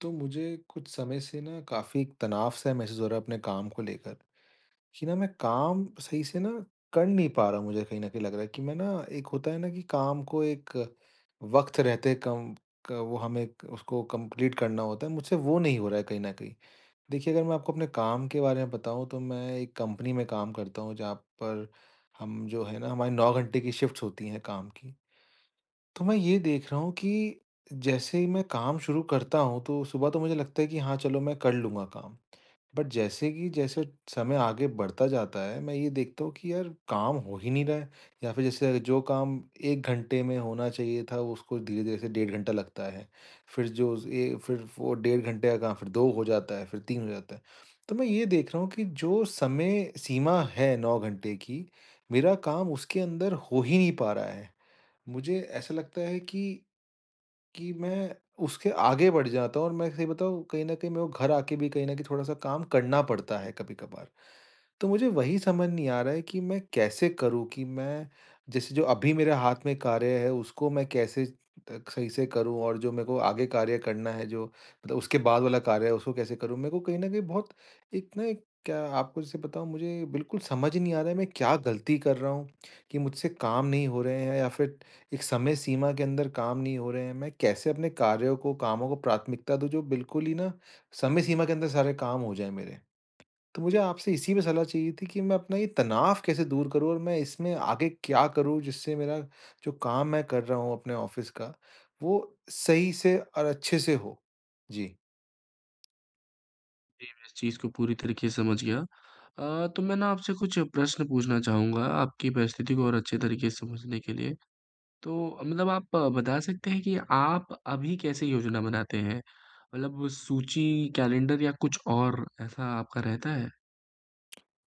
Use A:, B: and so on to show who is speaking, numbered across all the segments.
A: तो मुझे कुछ समय से ना काफ़ी एक तनाव-सा महसूस हो रहा है अपने काम को लेकर कि ना मैं काम सही से ना कर नहीं पा रहा हूँ। मुझे कहीं न कहीं लग रहा है कि मैं ना एक होता है ना कि काम को एक वक़्त रहते कम क वो हमें उसको कंप्लीट करना होता है, मुझसे वो नहीं हो रहा है कहीं न कहीं। देखिए, अगर मैं आपको अपने काम के बारे में बताऊँ तो मैं एक कंपनी में काम करता हूँ जहाँ पर हम जो है ना हमारी 9 घंटे की शिफ्ट्स होती हैं काम की। तो मैं ये देख रहा हूँ कि जैसे ही मैं काम शुरू करता हूँ तो सुबह तो मुझे लगता है कि हाँ चलो मैं कर लूँगा काम। बट जैसे समय आगे बढ़ता जाता है मैं ये देखता हूँ कि यार काम हो ही नहीं रहा है, या फिर जैसे जो काम 1 घंटे में होना चाहिए था वो उसको धीरे-धीरे से 1.5 घंटा लगता है। फिर जो उस- ए फिर वो 1.5 घंटे का काम फिर 2 हो जाता है, फिर 3 हो जाता है। तो मैं ये देख रहा हूँ कि जो समय सीमा है 9 घंटे की, मेरा काम उसके अंदर हो ही नहीं पा रहा है। मुझे ऐसा लगता है कि मैं उसके आगे बढ़ जाता हूँ, और मैं सही बताऊँ कहीं न कहीं मेरे को घर आके भी कहीं न कहीं थोड़ा-सा काम करना पड़ता है कभी-कभार। तो मुझे वही समझ नहीं आ रहा है कि मैं कैसे करूँ कि मैं जैसे जो अभी मेरे हाथ में कार्य है उसको मैं कैसे सही से करूँ, और जो मेरे को आगे कार्य करना है जो मतलब उसके बाद वाला कार्य है उसको कैसे करूँ? मेरे को कहीं न कहीं बहुत एक ना एक क्या आपको जैसे बताऊँ, मुझे बिल्कुल समझ ही नहीं आ रहा है मैं क्या गलती कर रहा हूँ कि मुझसे काम नहीं हो रहे हैं या फिर एक समय सीमा के अंदर काम नहीं हो रहे हैं, मैं कैसे अपने कार्यों को, कामों को प्राथमिकता दूँ जो बिल्कुल ही ना समय सीमा के अंदर सारे काम हो जाएँ मेरे? तो मुझे आपसे इसी पे सलाह चाहिए थी कि मैं अपना ये तनाव कैसे दूर करूँ और मैं इसमें आगे क्या करूँ जिससे मेरा जो काम मैं कर रहा हूँ अपने ऑफ़िस का, वो सही से और अच्छे से हो? जी।
B: जी, मैं इस चीज़ को पूरी तरीके से समझ गया। तो मैं ना आपसे कुछ प्रश्न पूछना चाहूँगा आपकी परिस्थिति को और अच्छे तरीके से समझने के लिए। तो मतलब आप बता सकते हैं कि आप अभी कैसे योजना बनाते हैं? मतलब सूची, कैलेंडर या कुछ और ऐसा आपका रहता है?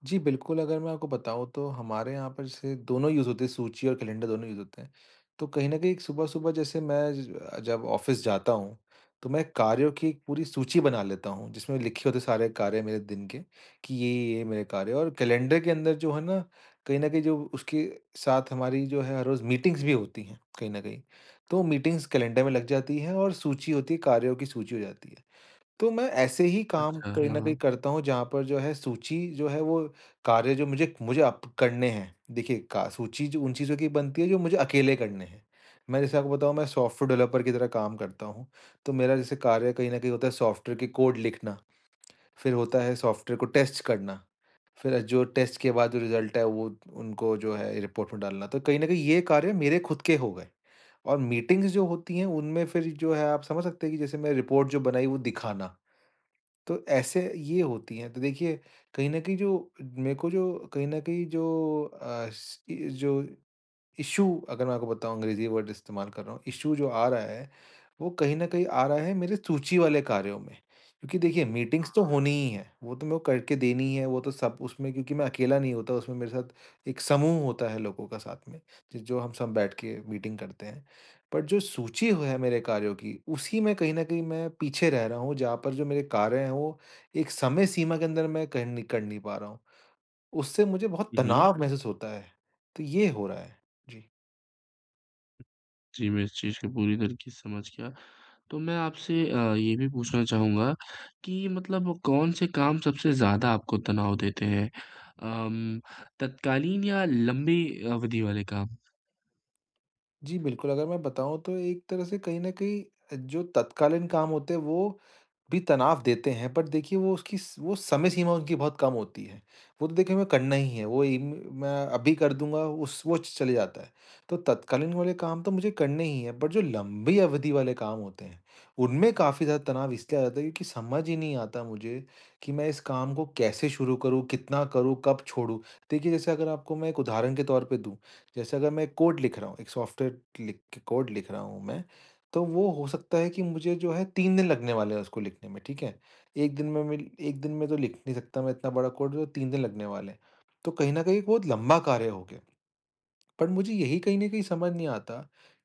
A: जी, बिल्कुल, अगर मैं आपको बताऊँ तो हमारे यहाँ पर जैसे दोनों यूज़ होते हैं, सूची और कैलेंडर दोनों यूज़ होते हैं। तो कहीं न कहीं सुबह-सुबह जैसे मैं ज जब ऑफ़िस जाता हूँ, तो मैं कार्यों की एक पूरी सूची बना लेता हूँ, जिसमें लिखे होते हैं सारे कार्य मेरे दिन के कि ये मेरे कार्य हैं, और कैलेंडर के अंदर जो है ना, कहीं न कहीं जो उसके साथ हमारी जो है हर रोज़ मीटिंग्स भी होती हैं, कहीं न कहीं। तो मीटिंग्स कैलेंडर में लग जाती हैं और सूची होती है, कार्यों की सूची हो जाती है। तो मैं ऐसे ही काम
B: अच्छा,
A: कहीं
B: हाँ,
A: न
B: हाँ।
A: कहीं करता हूँ जहाँ पर जो है सूची जो है वो कार्य जो मुझे मुझे अप करने हैं। देखिए का सूची जो उन चीज़ों की बनती है जो मुझे अकेले करने हैं। मैं जैसे आपको बताऊँ मैं सॉफ्टवेयर डेवलपर की तरह काम करता हूँ। तो मेरा जैसे कार्य कहीं न कहीं होता है सॉफ्टवेयर के कोड लिखना, फिर होता है सॉफ्टवेयर को टेस्ट करना, फिर जो टेस्ट के बाद जो रिज़ल्ट है वो उनको जो है रिपोर्ट में डालना। तो कहीं न कहीं ये कार्य मेरे खुद के हो गए। और मीटिंग्स जो होती हैं उनमें फिर जो है आप समझ सकते हैं कि जैसे मैं रिपोर्ट जो बनाई वो दिखाना। तो ऐसे ये होती हैं। तो देखिए, कहीं न कहीं जो मेरे को जो कहीं न कहीं जो अ, स इ जो इश्यू, अगर मैं आपको बताऊँ अंग्रेज़ी वर्ड इस्तेमाल कर रहा हूँ, इश्यू जो आ रहा है, वो कहीं न कहीं आ रहा है मेरे सूची वाले कार्यों में। क्योंकि देखिए मीटिंग्स तो होनी ही है, वो तो मेरे को करके देनी ही है, वो तो सब उसमें, क्योंकि मैं अकेला नहीं होता, उसमें मेरे साथ एक समूह होता है लोगों का साथ में, ज जो हम सब बैठ के मीटिंग करते हैं। बट जो सूची हो है मेरे कार्यों की, उसी में कहीं न कहीं मैं पीछे रह रहा हूँ, जहाँ पर जो मेरे कार्य हैं वो एक समय सीमा के अंदर मैं कर नहीं पा रहा हूँ। उससे मुझे बहुत
B: हुँ, हुँ।
A: तनाव महसूस होता है, तो ये हो रहा है। जी।
B: जी, मैं इस चीज़ को पूरी तरीके से समझ गया। तो मैं आपसे ये भी पूछना चाहूँगा कि मतलब कौन से काम सबसे ज़्यादा आपको तनाव देते हैं? अम, तत्कालीन या लंबी अवधि वाले काम?
A: जी, बिल्कुल, अगर मैं बताऊँ तो एक तरह से कहीं न कहीं जो तत्कालीन काम होते हैं वो भी तनाव देते हैं, बट देखिए वो उसकी वो समय सीमा उनकी बहुत कम होती है, वो तो देखिए हमें करना ही है, वो मैं अभी कर दूंगा, चले जाता है। तो तत्कालीन वाले काम तो मुझे करने ही है, बट जो लंबी अवधि वाले काम होते हैं उनमें काफ़ी ज़्यादा तनाव इसलिए आ जाता है क्योंकि समझ ही नहीं आता मुझे कि मैं इस काम को कैसे शुरू करूँ, कितना करूँ, कब छोड़ूँ। देखिए जैसे अगर आपको मैं एक उदाहरण के तौर पे दूँ, जैसे अगर मैं कोड लिख रहा हूँ, एक सॉफ्टवेयर लिख कोड लिख रहा हूँ मैं, तो वो हो सकता है कि मुझे जो है 3 दिन लगने वाले हैं उसको लिखने में, ठीक है? 1 दिन में मैं, 1 दिन में तो लिख नहीं सकता मैं इतना बड़ा कोड, तो 3 दिन लगने वाले हैं। तो कहीं न कहीं एक बहुत लंबा कार्य हो गया। पर मुझे यही कहीं न कहीं समझ नहीं आता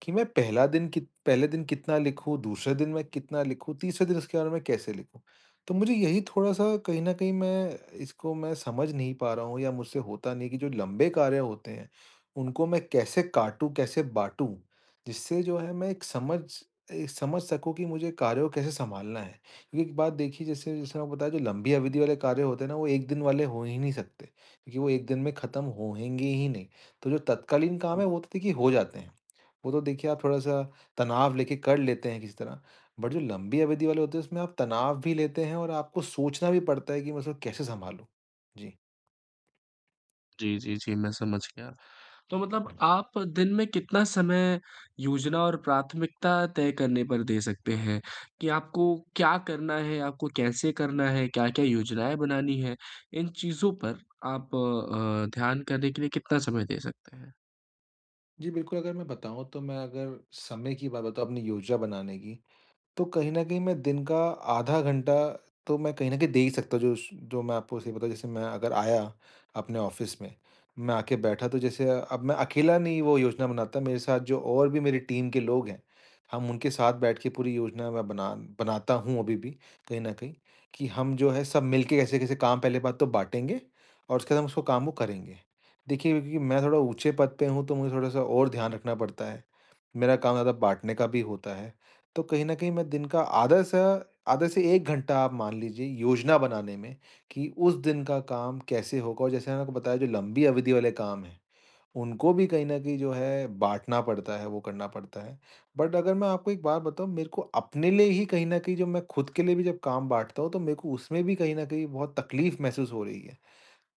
A: कि मैं पहला दिन कित पहले दिन कितना लिखूँ, दूसरे दिन मैं कितना लिखूँ, तीसरे दिन इसके बारे में कैसे लिखूँ? तो मुझे यही थोड़ा-सा कहीं न कहीं मैं इसको मैं समझ नहीं पा रहा हूँ, या मुझसे होता नहीं है कि जो लंबे कार्य होते हैं, उनको मैं कैसे काटूँ, कैसे बाँटूँ? जिससे जो है मैं समझ सकूँ कि मुझे कार्यों को कैसे सँभालना है। क्योंकि एक बात देखिए, जैसे जैसे आपको बताया, जो लंबी अवधि वाले कार्य होते हैं ना, वो 1 दिन वाले हो ही नहीं सकते, क्योंकि वो 1 दिन में ख़त्म होएँगे ही नहीं। तो जो तत्कालीन काम है वो तो देखिए हो जाते हैं। वो तो देखिए आप थोड़ा-सा तनाव लेके कर लेते हैं किसी तरह। बट जो लंबी अवधि वाले होते हैं उसमें आप तनाव भी लेते हैं, और आपको सोचना भी पड़ता है कि मैं उसको कैसे सँभालूँ? जी।
B: जी, जी, जी, मैं समझ गया। तो मतलब आप दिन में कितना समय योजना और प्राथमिकता तय करने पर दे सकते हैं कि आपको क्या करना है, आपको कैसे करना है, क्या-क्या योजनाएँ बनानी हैं? इन चीज़ों पर आप ध्यान करने के लिए कितना समय दे सकते हैं?
A: जी, बिल्कुल, अगर मैं बताऊँ तो मैं, अगर समय की बात बताऊँ अपनी योजना बनाने की, तो कहीं न कहीं मैं दिन का आधा घंटा तो मैं कहीं न कहीं दे ही सकता हूँ, जो श जो मैं आपको सही बताऊँ, जैसे मैं अगर आया अपने ऑफ़िस में, मैं आके बैठा तो जैसे अब मैं अकेला नहीं वो योजना बनाता, मेरे साथ जो और भी मेरी टीम के लोग हैं, हम उनके साथ बैठ के पूरी योजना मैं बनाता हूँ अभी भी कहीं न कहीं, कि हम जो है सब मिल के कैसे-कैसे काम पहले बात तो बाँटेंगे, और उसके बाद हम उसको काम को करेंगे। देखिए, क्योंकि मैं थोड़ा ऊँचे पद पे हूँ, तो मुझे थोड़ा-सा और ध्यान रखना पड़ता है, मेरा काम ज़्यादा बाँटने का भी होता है। तो कहीं न कहीं मैं दिन का आधा से 1 घंटा आप मान लीजिए योजना बनाने में, कि उस दिन का काम कैसे होगा, और जैसे मैंने आपको बताया जो लंबी अवधि वाले काम हैं, उनको भी कहीं न कहीं जो है बाँटना पड़ता है, वो करना पड़ता है। बट अगर मैं आपको एक बात बताऊँ, मेरे को अपने लिए ही कहीं न कहीं जब मैं खुद के लिए भी जब काम बाँटता हूँ तो मेरे को उसमें भी कहीं न कहीं बहुत तकलीफ़ महसूस हो रही है।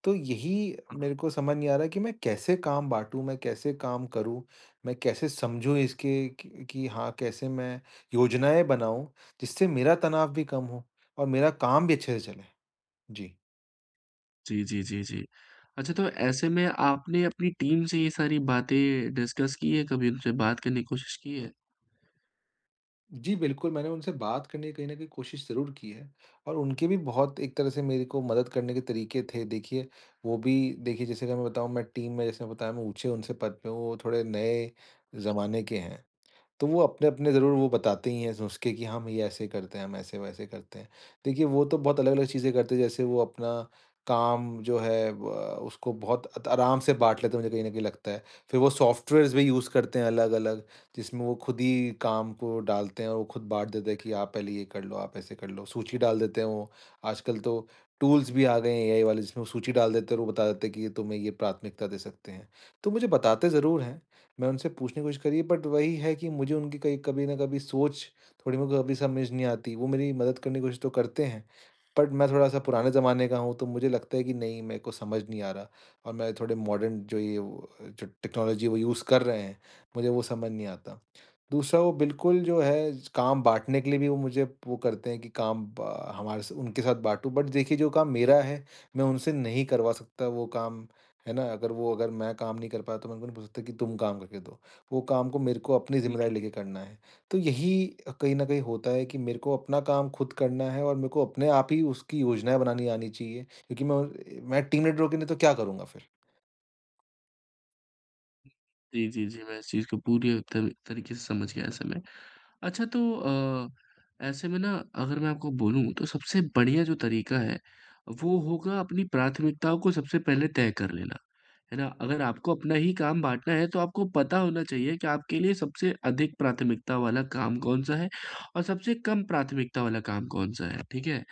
A: तो यही मेरे को समझ नहीं आ रहा कि मैं कैसे काम बाँटूँ, मैं कैसे काम करूँ, मैं कैसे समझूँ इसके कि हाँ, कैसे मैं योजनाएँ बनाऊँ, जिससे मेरा तनाव भी कम हो और मेरा काम भी अच्छे से चले? जी।
B: जी, जी, जी, जी। अच्छा, तो ऐसे में आपने अपनी टीम से ये सारी बातें डिस्कस की है, कभी उनसे बात करने की कोशिश की है?
A: जी, बिल्कुल, मैंने उनसे बात करने की कहीं न कहीं कोशिश ज़रूर की है, और उनके भी बहुत एक तरह से मेरे को मदद करने के तरीके थे। देखिए, वो भी देखिए जैसे कि मैं बताऊँ, मैं टीम में जैसे बताया मैं ऊँचे उनसे पद पे हूँ, वो थोड़े नए ज़माने के हैं। तो वो अपने-अपने ज़रूर वो बताते ही हैं नुस्खे, कि हम ये ऐसे करते हैं, हम ऐसे-वैसे करते हैं। देखिए वो तो बहुत अलग-अलग चीज़ें करते हैं, जैसे वो अपना काम जो है व उसको बहुत अत आराम से बाँट लेते हैं, मुझे कहीं न कहीं लगता है। फिर वो सॉफ्टवेयर्स भी यूज़ करते हैं अलग-अलग, जिसमें वो खुद ही काम को डालते हैं और वो खुद बाँट देते हैं कि आप पहले ये कर लो, आप ऐसे कर लो। सूची डाल देते हैं वो। आजकल तो टूल्स भी आ गए हैं एआई वाले, जिसमें वो सूची डाल देते हैं और वो बता देते हैं कि ये तुम्हें ये प्राथमिकता दे सकते हैं। तो मुझे बताते ज़रूर हैं। मैं उनसे पूछने की कोशिश करी, बट वही है कि मुझे उनकी कहीं कभी ना कभी सोच थोड़ी मेरे को कभी समझ नहीं आती। वो मेरी मदद करने की कोशिश तो करते हैं, बट मैं थोड़ा-सा पुराने ज़माने का हूँ, तो मुझे लगता है कि नहीं, मेरे को समझ नहीं आ रहा, और मैं थोड़े मॉडर्न जो ये वो जो टेक्नोलॉजी वो यूज़ कर रहे हैं, मुझे वो समझ नहीं आता। दूसरा वो बिल्कुल जो है काम बाँटने के लिए भी वो मुझे वो करते हैं कि काम ब हमारे स उनके साथ बाँटो, बट देखिए जो काम मेरा है, मैं उनसे नहीं करवा सकता वो काम, है ना? अगर मैं काम नहीं कर पाया तो मैं उनको नहीं बोल सकता कि तुम काम करके दो। वो काम को मेरे को अपनी ज़िम्मेदारी लेके करना है। तो यही कहीं न कहीं होता है कि मेरे को अपना काम खुद करना है, और मेरे को अपने आप ही उसकी योजनाएँ बनानी आनी चाहिए, क्योंकि मैं टीम लीडर होके नहीं तो क्या करूँगा फिर?
B: जी, जी, जी। मैं इस चीज़ को पूरी तर तरीके से समझ गया ऐसे में। अच्छा, तो ऐसे में ना अगर मैं आपको बोलूँ तो सबसे बढ़िया जो तरीका है, वो होगा अपनी प्राथमिकताओं को सबसे पहले तय कर लेना। है ना? अगर आपको अपना ही काम बाँटना है तो आपको पता होना चाहिए कि आपके लिए सबसे अधिक प्राथमिकता वाला काम कौन-सा है और सबसे कम प्राथमिकता वाला काम कौन-सा है, ठीक है?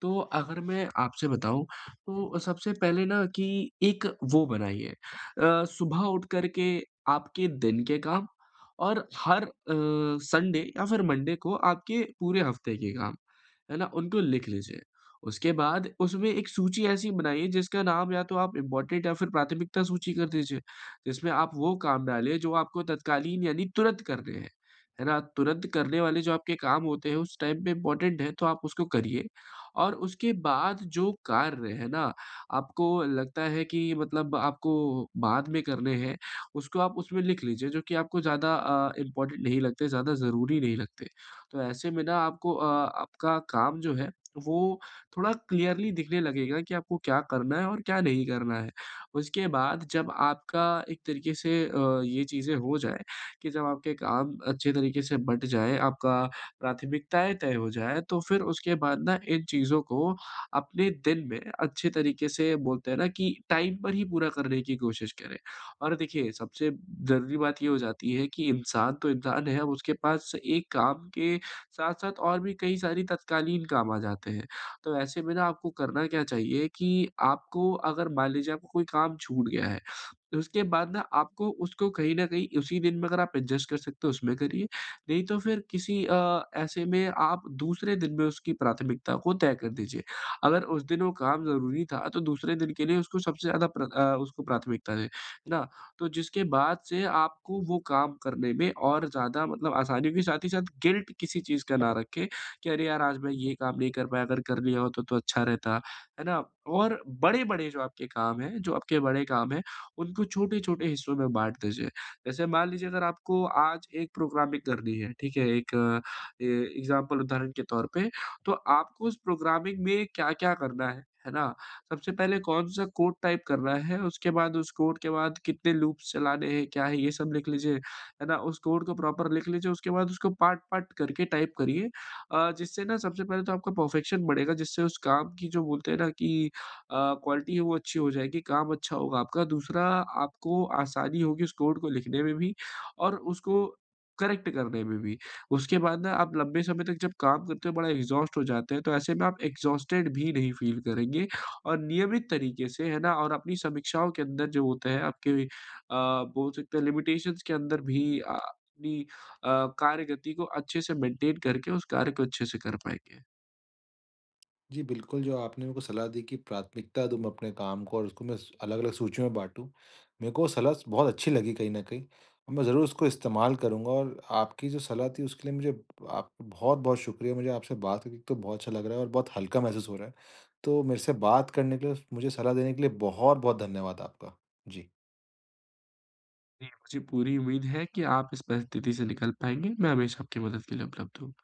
B: तो अगर मैं आपसे बताऊँ तो सबसे पहले ना कि एक वो बनाइए, सुबह उठ कर के आपके दिन के काम और हर संडे या फिर मंडे को आपके पूरे हफ्ते के काम, है ना? उनको लिख लीजिए। उसके बाद उसमें एक सूची ऐसी बनाइए जिसका नाम या तो आप इम्पोर्टेंट या फिर प्राथमिकता सूची कर दीजिए, जिसमें आप वो काम डालिए जो आपको तत्कालीन यानी तुरंत करने हैं, है ना? तुरंत करने वाले जो आपके काम होते हैं उस टाइम पे इम्पोर्टेंट है तो आप उसको करिए और उसके बाद जो कार्य है ना, आपको लगता है कि मतलब आपको बाद में करने हैं, उसको आप उसमें लिख लीजिए जो कि आपको ज़्यादा इम्पोर्टेंट नहीं लगते, ज़्यादा ज़रूरी नहीं लगते। तो ऐसे में ना आपको आपका काम जो है वो थोड़ा क्लियरली दिखने लगेगा कि आपको क्या करना है और क्या नहीं करना है। उसके बाद जब आपका एक तरीके से ये चीज़ें हो जाएँ कि जब आपके काम अच्छे तरीके से बँट जाएँ, आपका प्राथमिकताएँ तय हो जाएँ, तो फिर उसके बाद ना इन चीज़ों को अपने दिन में अच्छे तरीके से बोलते हैं ना कि टाइम पर ही पूरा करने की कोशिश करें। और देखिए, सबसे ज़रूरी बात ये हो जाती है कि इंसान तो इंसान है, अब उसके पास एक काम के साथ-साथ और भी कई सारी तत्कालीन काम आ जाते हैं। तो ऐसे में ना आपको करना क्या चाहिए कि आपको अगर मान लीजिए आपको कोई काम छूट गया है, तो उसके बाद ना आपको उसको कहीं न कहीं उसी दिन में अगर आप एडजस्ट कर सकते हो उसमें करिए। नहीं तो फिर किसी ऐसे में आप दूसरे दिन में उसकी प्राथमिकता को तय कर दीजिए। अगर उस दिन वो काम ज़रूरी था तो दूसरे दिन के लिए उसको सबसे ज़्यादा उसको प्राथमिकता दें, है ना? तो जिसके बाद से आपको वो काम करने में और ज़्यादा मतलब आसानी होगी, साथ ही साथ गिल्ट किसी चीज़ का ना रखें कि अरे यार! आज मैं ये काम नहीं कर पाया, अगर कर लिया होता तो अच्छा रहता, है ना? और बड़े-बड़े जो आपके काम हैं, जो आपके बड़े काम हैं, उनको छोटे-छोटे हिस्सों में बाँट दीजिए। जैसे मान लीजिए अगर आपको आज एक प्रोग्रामिंग करनी है, ठीक है? एक ए एग्ज़ाम्पल उदाहरण के तौर पे, तो आपको उस प्रोग्रामिंग में क्या-क्या करना है ना? सबसे पहले कौन-सा कोड टाइप करना है, उसके बाद उस कोड के बाद कितने लूप्स चलाने हैं, क्या है, ये सब लिख लीजिए, है ना? उस कोड को प्रॉपर लिख लीजिए, उसके बाद उसको पार्ट-पार्ट करके टाइप करिए, जिससे ना सबसे पहले तो आपका परफेक्शन बढ़ेगा, जिससे उस काम की जो बोलते हैं ना कि क्वालिटी है वो अच्छी हो जाएगी, काम अच्छा होगा आपका। दूसरा, आपको आसानी होगी उस कोड को लिखने में भी और उसको करेक्ट करने में भी। उसके बाद ना आप लंबे समय तक जब काम करते हो बड़ा एग्ज़ॉस्ट हो जाते हैं, तो ऐसे में आप एग्ज़ॉस्टेड भी नहीं फ़ील करेंगे और नियमित तरीके से, है ना? और अपनी समीक्षाओं के अंदर जो होता है आपके बोल सकते हैं लिमिटेशंस के अंदर भी अपनी कार्य गति को अच्छे से मेंटेन करके उस कार्य को अच्छे से कर पाएँगे।
A: जी, बिल्कुल, जो आपने मेरे को सलाह दी कि प्राथमिकता दूँ मैं अपने काम को और उसको मैं स अलग-अलग सूचियों में बाँटूँ, मेरे को सलाह स बहुत अच्छी लगी कहीं न कहीं, और मैं ज़रूर उसको इस्तेमाल करूँगा, और आपकी जो सलाह थी उसके लिए मुझे आप बहुत-बहुत शुक्रिया। मुझे आपसे बात करके एक तो बहुत अच्छा लग रहा है और बहुत हल्का महसूस हो रहा है। तो मेरे से बात करने के लिए, मुझे सलाह देने के लिए बहुत-बहुत धन्यवाद आपका। जी।
B: जी, मुझे पूरी उम्मीद है कि आप इस परिस्थिति से निकल पाएँगे। मैं हमेशा आपकी मदद के लिए उपलब्ध हूँ।